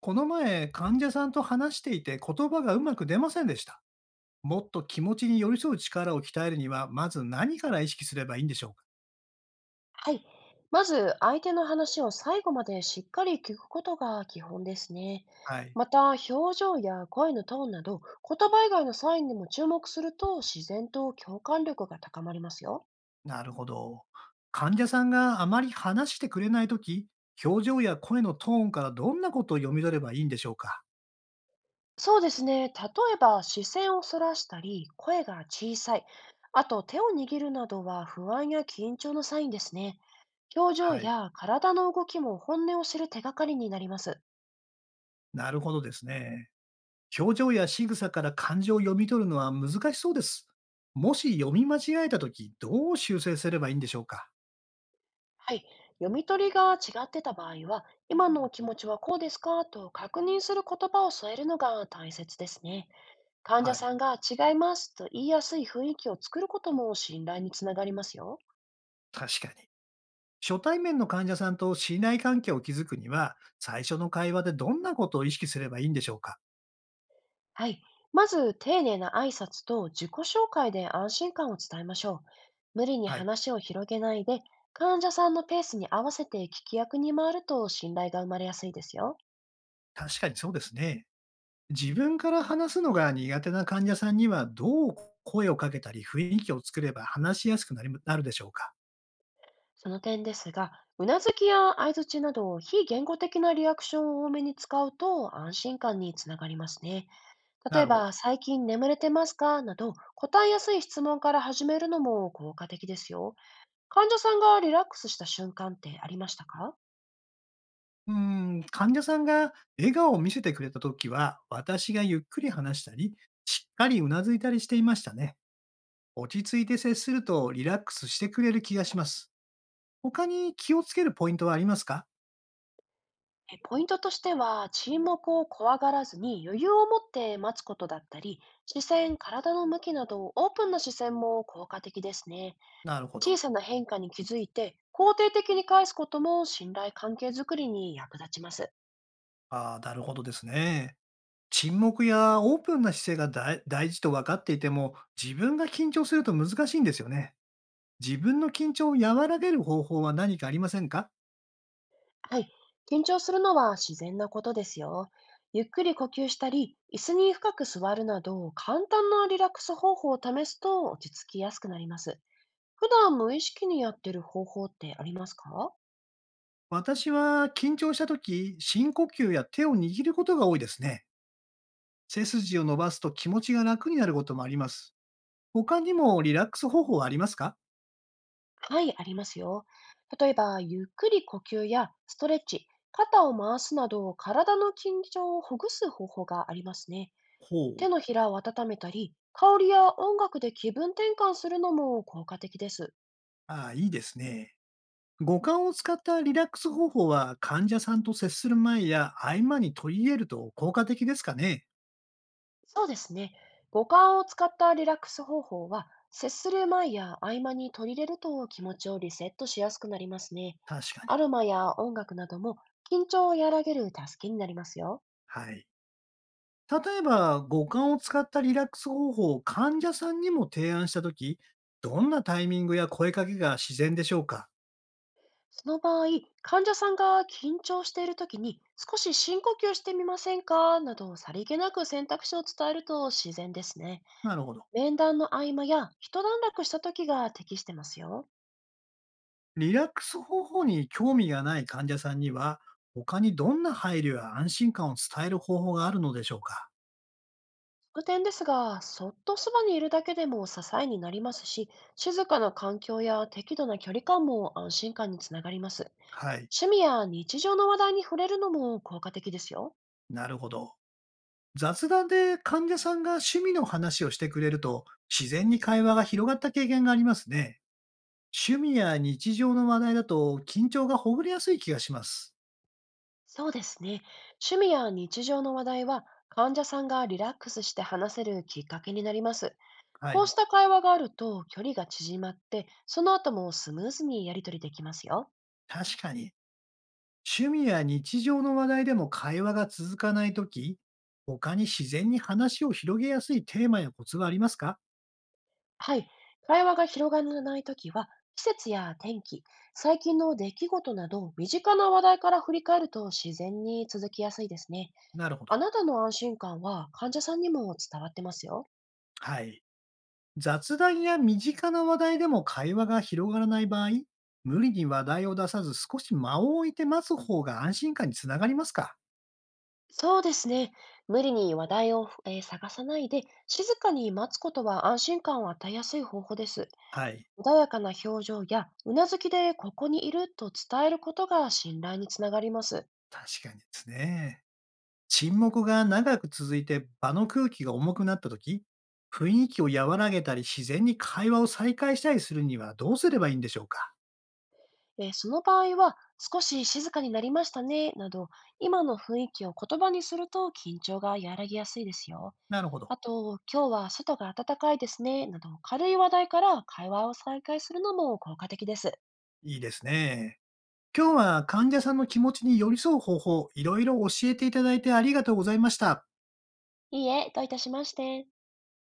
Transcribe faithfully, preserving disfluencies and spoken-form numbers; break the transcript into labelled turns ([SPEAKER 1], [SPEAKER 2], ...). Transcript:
[SPEAKER 1] この前、患者さんと話していて言葉がうまく出ませんでした。もっと気持ちに寄り添う力を鍛えるには、まず何から意識すればいいんでしょうか？
[SPEAKER 2] はい。まず、相手の話を最後までしっかり聞くことが基本ですね。
[SPEAKER 1] はい。
[SPEAKER 2] また、表情や声のトーンなど、言葉以外のサインにも注目すると、自然と共感力が高まりますよ。
[SPEAKER 1] なるほど。患者さんがあまり話してくれないとき、表情や声のトーンからどんなことを読み取ればいいんでしょうか？
[SPEAKER 2] そうですね。例えば、視線をそらしたり、声が小さい。あと、手を握るなどは不安や緊張のサインですね。表情
[SPEAKER 1] はい。
[SPEAKER 2] や体の動きも本音を知る手がかりになります。
[SPEAKER 1] なるほどですね。表情や仕草から感情を読み取るのは難しそうです。もし読み間違えたとき、どう修正すればいいんでしょうか？
[SPEAKER 2] はい。読み取りが違ってた場合は、今のお気持ちはこうですかと確認する言葉を添えるのが大切ですね。患者
[SPEAKER 1] は
[SPEAKER 2] さ
[SPEAKER 1] い。
[SPEAKER 2] んが違いますと言いやすい雰囲気を作ることも信頼につながりますよ。
[SPEAKER 1] 確かに。初対面の患者さんと信頼関係を築くには、最初の会話でどんなことを意識すればいいんでしょうか？
[SPEAKER 2] はい。まず、丁寧な挨拶と自己紹介で安心感を伝えましょう。無理に
[SPEAKER 1] はい。
[SPEAKER 2] 話を広げないで、患者さんのペースに合わせて聞き役に回ると信頼が生まれやすいですよ。
[SPEAKER 1] 確かにそうですね。自分から話すのが苦手な患者さんには、どう声をかけたり雰囲気を作れば話しやすくなりなるでしょうか？
[SPEAKER 2] その点ですが、うなずきや相づちなど非言語的なリアクションを多めに使うと安心感につながりますね。例
[SPEAKER 1] な
[SPEAKER 2] え
[SPEAKER 1] るほ
[SPEAKER 2] ば、
[SPEAKER 1] ど。
[SPEAKER 2] 最近眠れてますかなど答えやすい質問から始めるのも効果的ですよ。患者さんがリラックスした瞬間ってありましたか？
[SPEAKER 1] うーん、患者さんが笑顔を見せてくれたときは、私がゆっくり話したり、しっかりうなずいたりしていましたね。落ち着いて接するとリラックスしてくれる気がします。他に気をつけるポイントはありますか？
[SPEAKER 2] えポイントとしては、沈黙を怖がらずに余裕を持って待つことだったり、視線、体の向きなどオープンな視線も効果的ですね。
[SPEAKER 1] なるほ
[SPEAKER 2] 小
[SPEAKER 1] ど。
[SPEAKER 2] さな変化に気づいて、肯定的に返すことも信頼関係づくりに役立ちます。
[SPEAKER 1] ああ、なるほどですね。沈黙やオープンな姿勢が大大事と分かっていても、自分が緊張すると難しいんですよね。自分の緊張を和らげる方法は何かありませんか？
[SPEAKER 2] はい。緊張するのは自然なことですよ。ゆっくり呼吸したり、椅子に深く座るなど、簡単なリラックス方法を試すと落ち着きやすくなります。普段無意識にやってる方法ってありますか？
[SPEAKER 1] 私は緊張した時、深呼吸や手を握ることが多いですね。背筋を伸ばすと気持ちが楽になることもあります。他にもリラックス方法はありますか？
[SPEAKER 2] はい、ありますよ。例えば、ゆっくり呼吸やストレッチ、肩を回すなど、体の緊張をほぐす方法がありますね。
[SPEAKER 1] ほ
[SPEAKER 2] 手
[SPEAKER 1] う。
[SPEAKER 2] のひらを温めたり、香りや音楽で気分転換するのも効果的です。
[SPEAKER 1] ああ、いいですね。五感を使ったリラックス方法は患者さんと接する前や合間に取り入れると効果的ですかね？
[SPEAKER 2] そうですね。五感を使ったリラックス方法は、接する前や合間に取り入れると気持ちをリセットしやすくなりますね。
[SPEAKER 1] 確か
[SPEAKER 2] ア
[SPEAKER 1] に。
[SPEAKER 2] ロマや音楽なども緊張を和らげる助けになりますよ。
[SPEAKER 1] はい。例えば、五感を使ったリラックス方法を患者さんにも提案したとき、どんなタイミングや声かけが自然でしょうか？
[SPEAKER 2] その場合、患者さんが緊張しているときに少し深呼吸してみませんかなど、さりげなく選択肢を伝えると自然ですね。
[SPEAKER 1] なるほど。
[SPEAKER 2] 面談の合間や一段落した時が適してますよ。
[SPEAKER 1] リラックス方法に興味がない患者さんには、他にどんな配慮や安心感を伝える方法があるのでしょうか？
[SPEAKER 2] 特典ですが、そっとそばにいるだけでも支えになりますし、静かな環境や適度な距離感も安心感につながります。
[SPEAKER 1] はい。
[SPEAKER 2] 趣味や日常の話題に触れるのも効果的ですよ。
[SPEAKER 1] なるほど。雑談で患者さんが趣味の話をしてくれると、自然に会話が広がった経験がありますね。趣味や日常の話題だと緊張がほぐれやすい気がします。
[SPEAKER 2] そうですね。趣味や日常の話題は患者さんがリラックスして話せるきっかけになります。
[SPEAKER 1] は
[SPEAKER 2] こう
[SPEAKER 1] い。
[SPEAKER 2] した会話があると距離が縮まって、その後もスムーズにやり取りできますよ。
[SPEAKER 1] 確かに、趣味や日常の話題でも会話が続かないとき、他に自然に話を広げやすいテーマやコツはありますか？
[SPEAKER 2] はい。会話が広がらないときは、季節や天気、最近の出来事など、身近な話題から振り返ると自然に続きやすいですね。
[SPEAKER 1] なるほ
[SPEAKER 2] あ
[SPEAKER 1] ど。
[SPEAKER 2] なたの安心感は患者さんにも伝わってますよ。
[SPEAKER 1] はい。雑談や身近な話題でも会話が広がらない場合、無理に話題を出さず少し間を置いて待つ方が安心感につながりますか？
[SPEAKER 2] そうですね。無理に話題を、えー探さないで、静かに待つことは安心感を与えやすい方法です。
[SPEAKER 1] はい。
[SPEAKER 2] 穏やかな表情や、うなずきでここにいると伝えることが信頼につながります。
[SPEAKER 1] 確かにですね。沈黙が長く続いて場の空気が重くなった時、雰囲気を和らげたり自然に会話を再開したりするにはどうすればいいんでしょうか？
[SPEAKER 2] で、その場合は、少し静かになりましたね、など、今の雰囲気を言葉にすると緊張が和らぎやすいですよ。
[SPEAKER 1] なるほど。
[SPEAKER 2] あと、今日は外が暖かいですね、など、軽い話題から会話を再開するのも効果的です。
[SPEAKER 1] いいですね。今日は患者さんの気持ちに寄り添う方法、いろいろ教えていただいてありがとうございました。
[SPEAKER 2] いいえ、どういたしまして。